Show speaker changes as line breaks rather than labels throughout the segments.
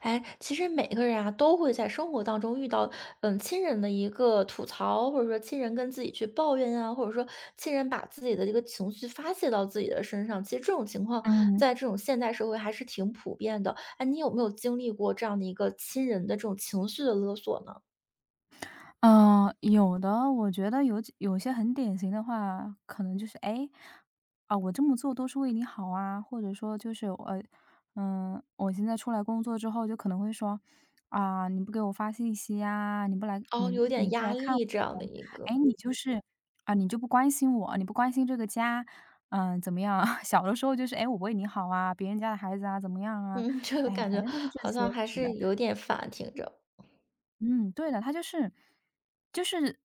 哎，其实每个人啊都会在生活当中遇到，亲人的一个吐槽，或者说亲人跟自己去抱怨啊，或者说亲人把自己的这个情绪发泄到自己的身上。其实这种情况
嗯，
在这种现代社会还是挺普遍的。哎，你有没有经历过这样的一个亲人的这种情绪的勒索呢？
有的。我觉得有些很典型的话，可能就是，哎，啊，我这么做都是为你好啊。或者说就是，我现在出来工作之后，就可能会说，啊，你不给我发信息呀，你不来，
哦，有
你
点
不
压
来看我，
力这样的一
哎，
个。
你就是，啊，你就不关心我，你不关心这个家，怎么样。 小的时候就是，哎，诶我为你好啊，别人家的孩子啊，怎么样
嗯，
啊？
这个
哎，
感
反
觉
正都是这
好
些，
像还
是的。
是有点烦，听着。
嗯，对的。他就是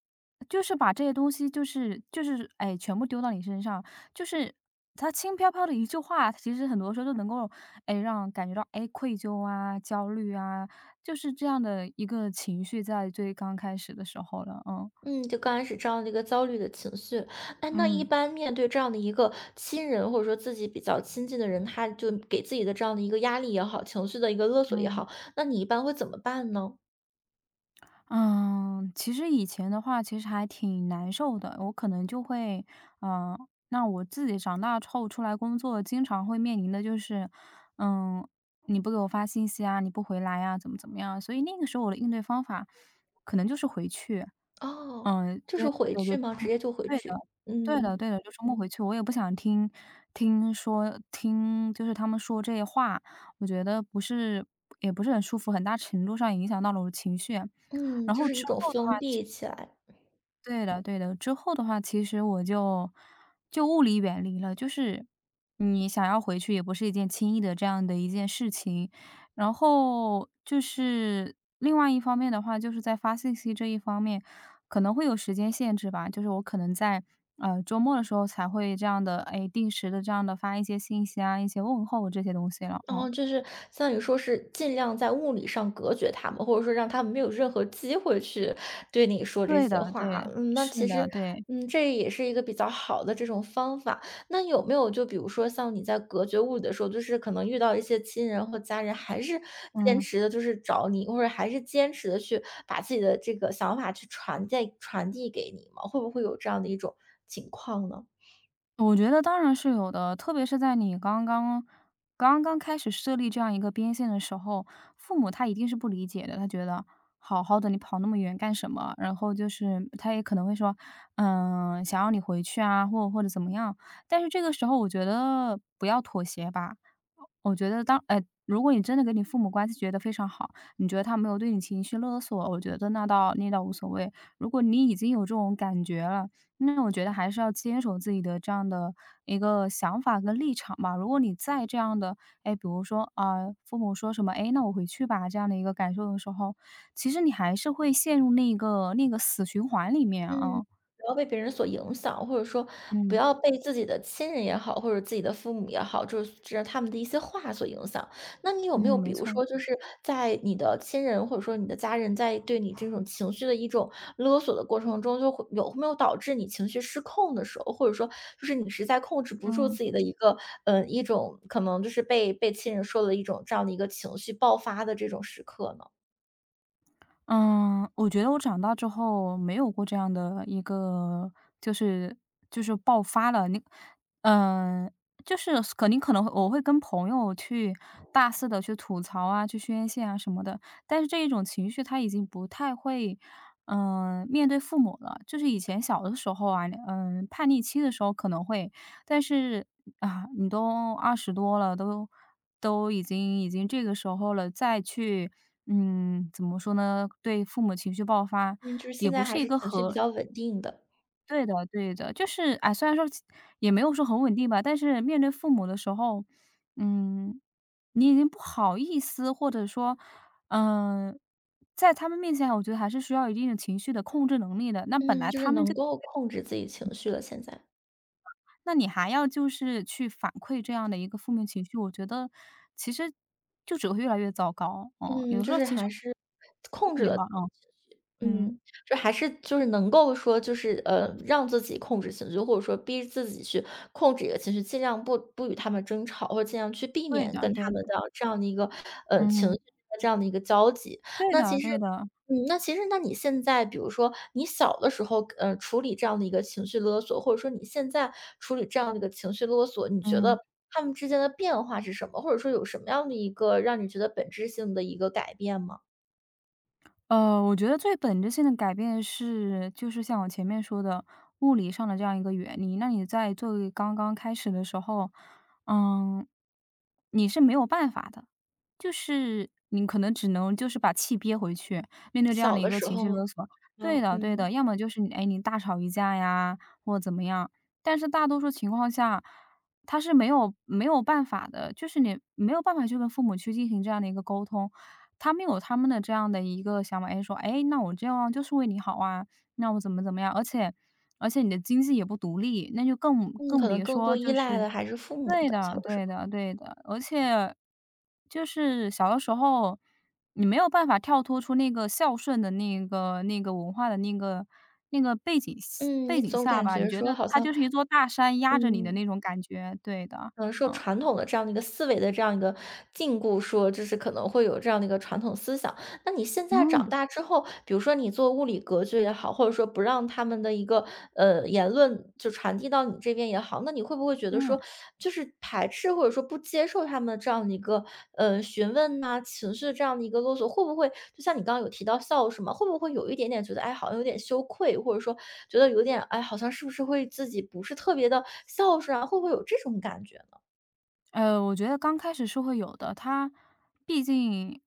就是把这些东西哎，全部丢到你身上。就是他轻飘飘的一句话，其实很多时候都能够哎让感觉到哎愧疚啊、焦虑啊，就是这样的一个情绪在最刚开始的时候了。嗯
嗯，就刚开始这样的一个焦虑的情绪。哎，那一
嗯
般面对这样的一个亲人，或者说自己比较亲近的人，他就给自己的这样的一个压力也好，情绪的一个勒索也
嗯。
好，那你一般会怎么办呢？
嗯，其实以前的话，其实还挺难受的。我可能就会，嗯、那我自己长大之后出来工作，经常会面临的就是，嗯，你不给我发信息啊，你不回来呀、怎么怎么样？所以那个时候我的应对方法，可能就是回去。
哦，就
对的，
是回
对，
去吗？直接就回
对的，
去？
对的，
嗯
对的，就周末回去。我也不想听，听，就是他们说这些话，我觉得不是，也不是很舒服，很大程度上影响到了我的情绪。
嗯，
然
就
后
是一
之
种
后的
封
话，
闭起来。
对的对的。之后的话，其实我就物理远离了。就是你想要回去也不是一件轻易的这样的一件事情。然后就是另外一方面的话，就是在发信息这一方面，可能会有时间限制吧。就是我可能在周末的时候才会这样的，哎，定时的这样的发一些信息啊、一些问候这些东西了哦。
哦，就是像你说是尽量在物理上隔绝他们，或者说让他们没有任何机会去对你说这
对的，
些话
对，
啊。嗯，那
是
其实，
的，对，
这也是一个比较好的这种方法。那有没有就比如说像你在隔绝物理的时候，就是可能遇到一些亲人或家人，还是坚
嗯。
持的，就是找你，或者还是坚持的去把自己的这个想法去传递传递给你吗？会不会有这样的一种情况呢？
我觉得当然是有的，特别是在你刚刚开始设立这样一个边线的时候，父母他一定是不理解的。他觉得好好的你跑那么远干什么？然后就是他也可能会说，想要你回去啊，或者怎么样。但是这个时候，我觉得不要妥协吧。我觉得如果你真的跟你父母关系觉得非常好，你觉得他没有对你情绪勒索，我觉得那倒无所谓。如果你已经有这种感觉了，那我觉得还是要坚守自己的这样的一个想法跟立场吧。如果你在这样的，哎，比如说啊、父母说什么，哎，那我回去吧，这样的一个感受的时候，其实你还是会陷入那个死循环里面啊。
嗯，不要被别人所影响，或者说不
嗯
要被自己的亲人也好，或者自己的父母也好，就是这他们的一些话所影响。那你有没有
嗯，
比
没
如
错，
说，就是在你的亲人或者说你的家人在对你这种情绪的一种勒索的过程中，就会有没有导致你情绪失控的时候，或者说就是你实在控制不住
嗯。
自己的一个一种可能就是被亲人说的一种这样的一个情绪爆发的这种时刻呢？
嗯，我觉得我长大之后没有过这样的一个，就是就是爆发了。嗯、就是肯定可能会跟朋友去大肆的去吐槽啊、去宣泄啊什么的。但是这一种情绪，他已经不太会，面对父母了。就是以前小的时候啊，叛逆期的时候可能会。但是啊，你都20多了，都已经已经这个时候了，再去怎么说呢，对父母情绪爆发，
嗯，就是现
也不
在还
是一
是
个
情绪比较稳定的。
对的对的。就是哎，虽然说也没有说很稳定吧，但是面对父母的时候，嗯，你已经不好意思，或者说，嗯，在他们面前，我觉得还是需要一定的情绪的控制能力的。那本
嗯，
来
就是
他们
能
就
够控制自己情绪了，现在。
你还要去反馈这样的一个负面情绪，我觉得其实就只会越来越糟糕。嗯，
嗯，
有时
就
候
是
其实
还是控
一
制
点
了。
吧。嗯，
嗯，
嗯，
就还是就是能够说就是，让自己控制情绪，或者说逼自己去控制一个情绪，尽量不与他们争吵，或者尽量去避
对
免
的
跟
对
他
的，
们的这样的一个，情绪
嗯，
的这样的一个交集。
对
那
的
其实
对的，
那其实那你现在比如说你小的时候，处理这样的一个情绪勒索，或者说你现在处理这样的一个情绪勒索，你觉
嗯。
得他们之间的变化是什么？或者说有什么样的一个让你觉得本质性的一个改变吗？
我觉得最本质性的改变是，就是像我前面说的，物理上的这样一个原理。那你在作为刚刚开始的时候，嗯，你是没有办法的，就是你可能只能就是把气憋回去，面对这样的
小
一
的
个
时
情绪
候，
勒索。对
嗯
的，对的，
嗯。
要么就是你哎，你大吵一架呀，或怎么样。但是大多数情况下，他是没有办法的。就是你没有办法去跟父母去进行这样的一个沟通。他们有他们的这样的一个想法，哎，说："哎，那我这样就是为你好啊，那我怎么怎么样。"而且你的经济也不独立，那就
嗯，
更
可能
别
更
说
多依
就
赖
是
的还是父母
对
的，
的
小的时
对
候。
的对的。而且就是小的时候，你没有办法跳脱出那个孝顺的那个文化的那个
嗯，
背
你
景
总
下
感
吧，你
觉
觉
说
得
好
它
像
就是一座大山压着你的
嗯。
那种感觉，对的，
嗯，受
嗯。
传统的这样的一个思维的这样一个禁锢，说就是可能会有这样的一个传统思想。那你现在长
嗯，
大之后，比如说你做物理隔绝也好，或者说不让他们的一个言论就传递到你这边也好，那你会不会觉得
嗯。
说，就是排斥或者说不接受他们这样的一个询问呐、情绪这样的一个勒索，会不会就像你刚刚有提到孝顺嘛，会不会有一点点觉得哎好像有点羞愧，或者说觉得有点哎好像是不是会自己不是特别的孝顺啊，会不会有这种感觉？
我觉得刚开始是会有的。他毕竟，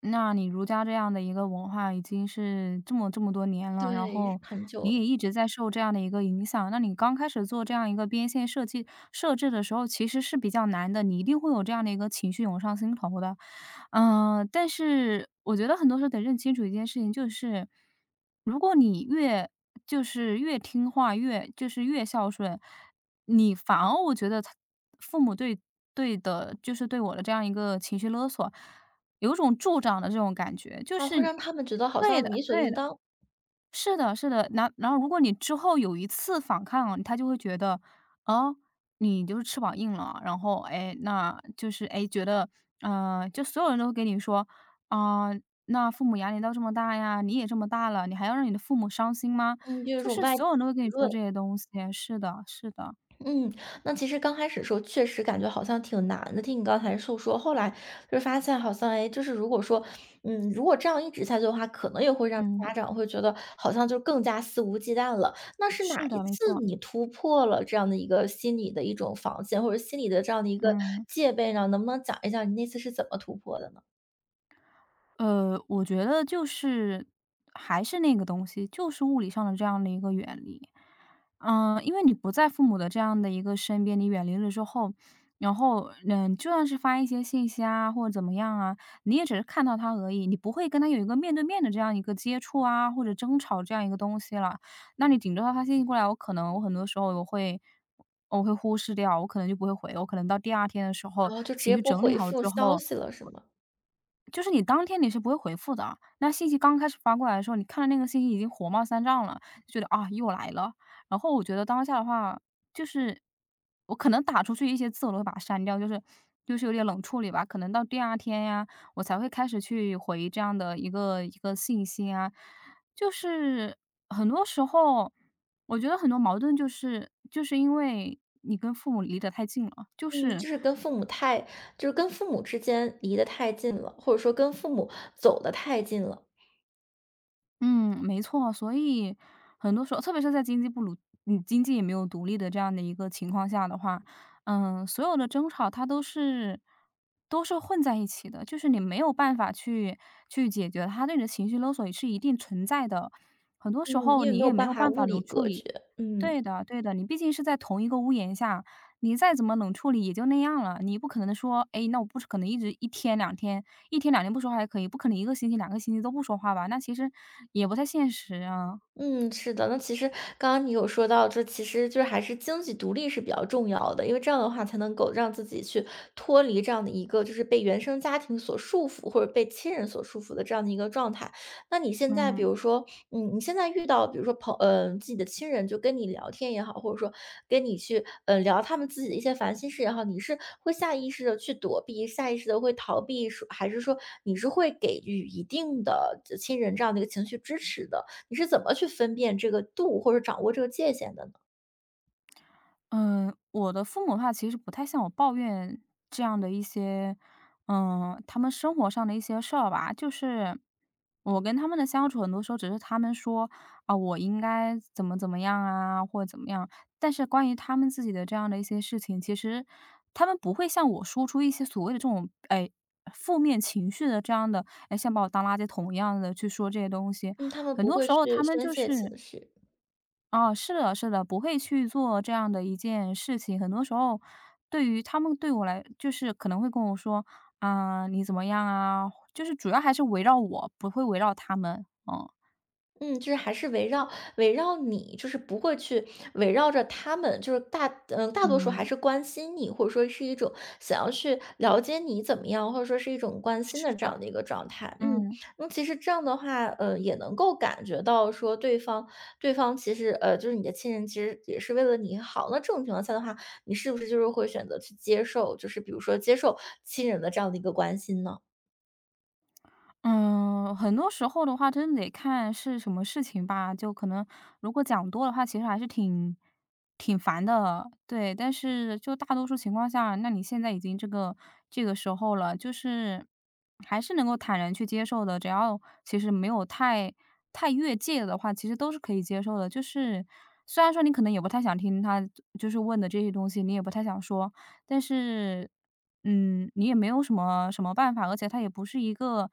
那你儒家这样的一个文化已经是这么多年了。然
对，
后
很
你也
久。
一直在受这样的一个影响，那你刚开始做这样一个边线设置的时候，其实是比较难的。你一定会有这样的一个情绪涌上心头的。但是我觉得很多时候得认清楚一件事情。就是如果你越越听话，越越孝顺，你反而我觉得父母对对的。就是对我的这样一个情绪勒索，有种助长的这种感觉，就
然
是
后会让他们觉得好
对的，
像理所
对
应
的。
当。
是的，是的。然后如果你之后有一次反抗啊，他就会觉得，哦，你就是翅膀硬了。然后哎，那就是哎，觉得，就所有人都会给你说，啊、那父母压力到这么大呀，你也这么大了，你还要让你的父母伤心吗？
嗯，就有一
就
种
是
外
所有人都会跟你
舆
说
论。
这些东西。是的，是的，
嗯，那其实刚开始的时候确实感觉好像挺难的，听你刚才诉说，后来就是发现好像，哎，就是如果说，嗯，如果这样一直下去的话，可能也会让
嗯，
家长会觉得好像就更加肆无忌惮了。那是哪
是
一
的，没
次
错，
你突破了这样的一个心理的一种防线，或者心理的这样的一个
嗯。
戒备呢？能不能讲一讲你那次是怎么突破的呢？
我觉得还是那个东西，就是物理上的这样的一个远离。因为你不在父母的这样的一个身边，你远离了之后，然后，就算是发一些信息啊，或者怎么样啊，你也只是看到他而已，你不会跟他有一个面对面的这样一个接触啊，或者争吵这样一个东西了。那你顶多他发信息过来，我可能我很多时候我会忽视掉，我可能就不会回。我可能到第二天的时候
然后就直
情
接
绪
不
整理
回
好
复
之
消
后，
息了，是吗？
就是你当天你是不会回复的。那信息刚开始发过来的时候，你看到那个信息已经火冒三丈了，就觉得啊又来了。然后我觉得当下的话，就是我可能打出去一些字我都会把它删掉，有点冷处理吧。可能到第二天呀，我才会开始去回这样的一个信息啊。就是很多时候，我觉得很多矛盾就是因为你跟父母离得太近了，就
嗯，
是
就是跟父母太就是跟父母之间离得太近了，或者说跟父母走得太近了。
嗯，没错。所以很多时候，特别是在经济不独，嗯，经济也没有独立的这样的一个情况下的话，嗯，所有的争吵它都是混在一起的，就是你没有办法去去解决他对你的情绪勒索也是一定存在的，很多时
嗯，
候
因为
你
没有
也没有
办法
办法
物理
能处
隔
理。
绝。嗯。
对的对的，你毕竟是在同一个屋檐下，你再怎么冷处理也就那样了。你不可能说，哎，那我不是可能一直一天两天，一天两天不说话还可以，不可能一个星期、两个星期都不说话吧，那其实也不太现实啊，
嗯，是的。那其实刚刚你有说到，就其实就是还是经济独立是比较重要的，因为这样的话才能够让自己去脱离这样的一个就是被原生家庭所束缚，或者被亲人所束缚的这样的一个状态。那你现在比
嗯。
如说，你现在遇到比如说自己的亲人就跟你聊天也好，或者说跟你去聊他们自己的一些烦心事也好，你是会下意识的去躲避，下意识的会逃避，说还是说你是会给予一定的亲人这样的一个情绪支持的？你是怎么去分辨这个度，或者掌握这个界限的呢？
嗯，我的父母的话其实不太向我抱怨这样的一些，嗯，他们生活上的一些事儿吧。就是我跟他们的相处，很多时候只是他们说啊，我应该怎么怎么样啊，或者怎么样。但是关于他们自己的这样的一些事情，其实他们不会向我说出一些所谓的这种哎负面情绪的这样的，哎，像把我当垃圾桶一样的去说这些东西。
嗯，他们
很
不
多
会
时候
去
他们
宣
就
泄
是，
情绪。
哦，是的，是的，不会去做这样的一件事情。很多时候，对于他们对我来，就是可能会跟我说：“啊，你怎么样啊？”就是主要还是围绕我，不会围绕他们。嗯，
嗯，就是还是围绕围绕你，就是不会去围绕着他们，就是大多数还
嗯，
是关心你，或者说是一种想要去了解你怎么样，或者说是一种关心
是
的这
的，
样的一个状态。嗯，
嗯。
那，其实这样的话，也能够感觉到说对方其实就是你的亲人，其实也是为了你好。那这种情况下的话，你是不是就是会选择去接受，就是比如说接受亲人的这样的一个关心呢？
嗯，很多时候的话，真得看是什么事情吧。就可能如果讲多的话，其实还是挺烦的，对。但是就大多数情况下，那你现在已经这个这个时候了，就是还是能够坦然去接受的。只要其实没有太太越界的话，其实都是可以接受的。就是虽然说你可能也不太想听他就是问的这些东西，你也不太想说，但是嗯，你也没有什么什么办法，而且他也不是一个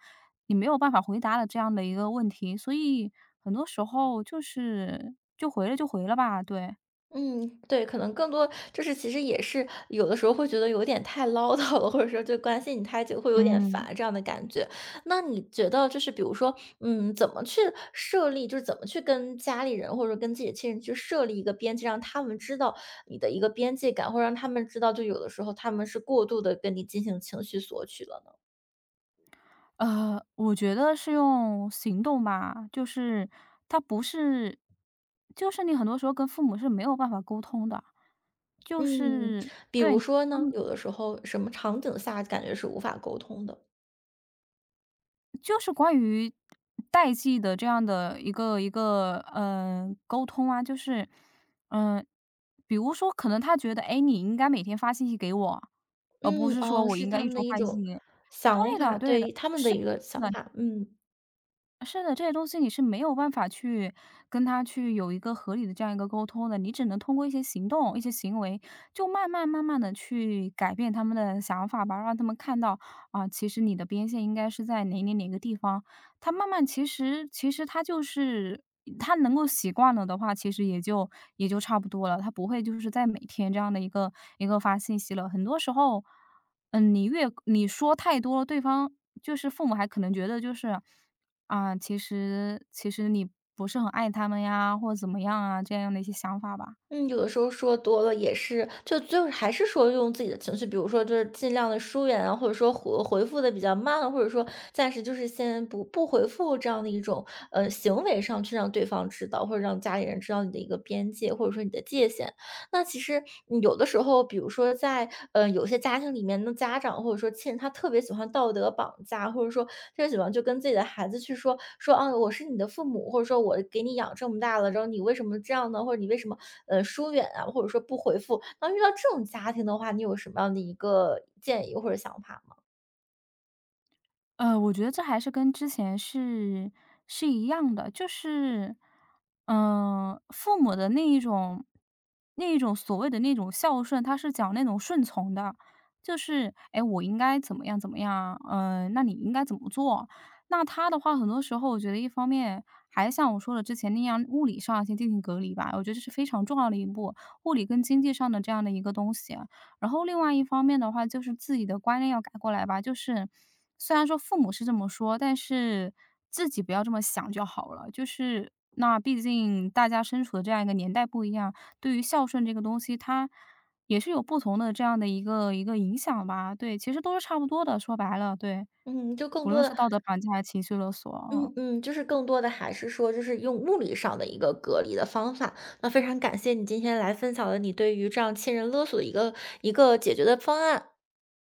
你没有办法回答的这样的一个问题，所以很多时候就是就回了就回了吧，对。
嗯，对，可能更多就是其实也是有的时候会觉得有点太唠叨了，或者说就关心你太久会有点
嗯。
烦这样的感觉。那你觉得就是比如说，怎么去设立，就是怎么去跟家里人或者说跟自己的亲人去设立一个边界，让他们知道你的一个边界感，或者让他们知道，就有的时候他们是过度的跟你进行情绪索取了呢？
我觉得是用行动吧，就是他不是就是你很多时候跟父母是没有办法沟通的，就
嗯，
是
比如说呢，有的时候什么场景下感觉是无法沟通的？
就是关于代际的这样的一个一个沟通啊，就是嗯、比如说可能他觉得，哎，你应该每天发信息给我，而不
嗯，
是说
哦，
我应
是
该
他
一
们的
周
一
发信息
种
给你。
想
对的，
法，
对的，
对，他们的
是
一个想
的，
法。嗯。
是的，这些东西你是没有办法去跟他去有一个合理的这样一个沟通的，你只能通过一些行动、一些行为，就慢慢慢慢的去改变他们的想法吧，让他们看到啊、其实你的边线应该是在哪哪哪个地方，他慢慢其实他就是他能够习惯了的话，其实也就也就差不多了。他不会就是在每天这样的一个一个发信息了。很多时候，嗯，你越你说太多了，对方就是父母还可能觉得就是啊，其实你不是很爱他们呀，或者怎么样啊，这样的一些想法吧。
嗯，有的时候说多了也是，就是还是说用自己的情绪，比如说就是尽量的疏远啊，或者说回复的比较慢啊，或者说暂时就是先不回复这样的一种行为上去让对方知道，或者让家里人知道你的一个边界，或者说你的界限。那其实有的时候，比如说在有些家庭里面的家长或者说亲人，他特别喜欢道德绑架，或者说特别喜欢就跟自己的孩子去说说啊，我是你的父母，或者说我给你养这么大了，然后你为什么这样呢？或者你为什么疏远啊，或者说不回复？那遇到这种家庭的话，你有什么样的一个建议或者想法吗？
我觉得这还是跟之前是一样的，就是，嗯、父母的那一种所谓的那种孝顺，他是讲那种顺从的，就是哎，我应该怎么样怎么样，嗯、那你应该怎么做？那他的话，很多时候我觉得一方面还像我说的之前那样，物理上先进行隔离吧，我觉得这是非常重要的一步，物理跟经济上的这样的一个东西。然后另外一方面的话，就是自己的观念要改过来吧，就是虽然说父母是这么说，但是自己不要这么想就好了。就是那毕竟大家身处的这样一个年代不一样，对于孝顺这个东西，它也是有不同的这样的一个一个影响吧。对，其实都是差不多的，说白了，对，
嗯，就更
无
多
论是
的
道德绑架还是情绪勒索，
嗯
嗯。
嗯，就是更多的还是说，就是用物理上的一个隔离的方法。那非常感谢你今天来分享了你对于这样亲人勒索的一个解决的方案。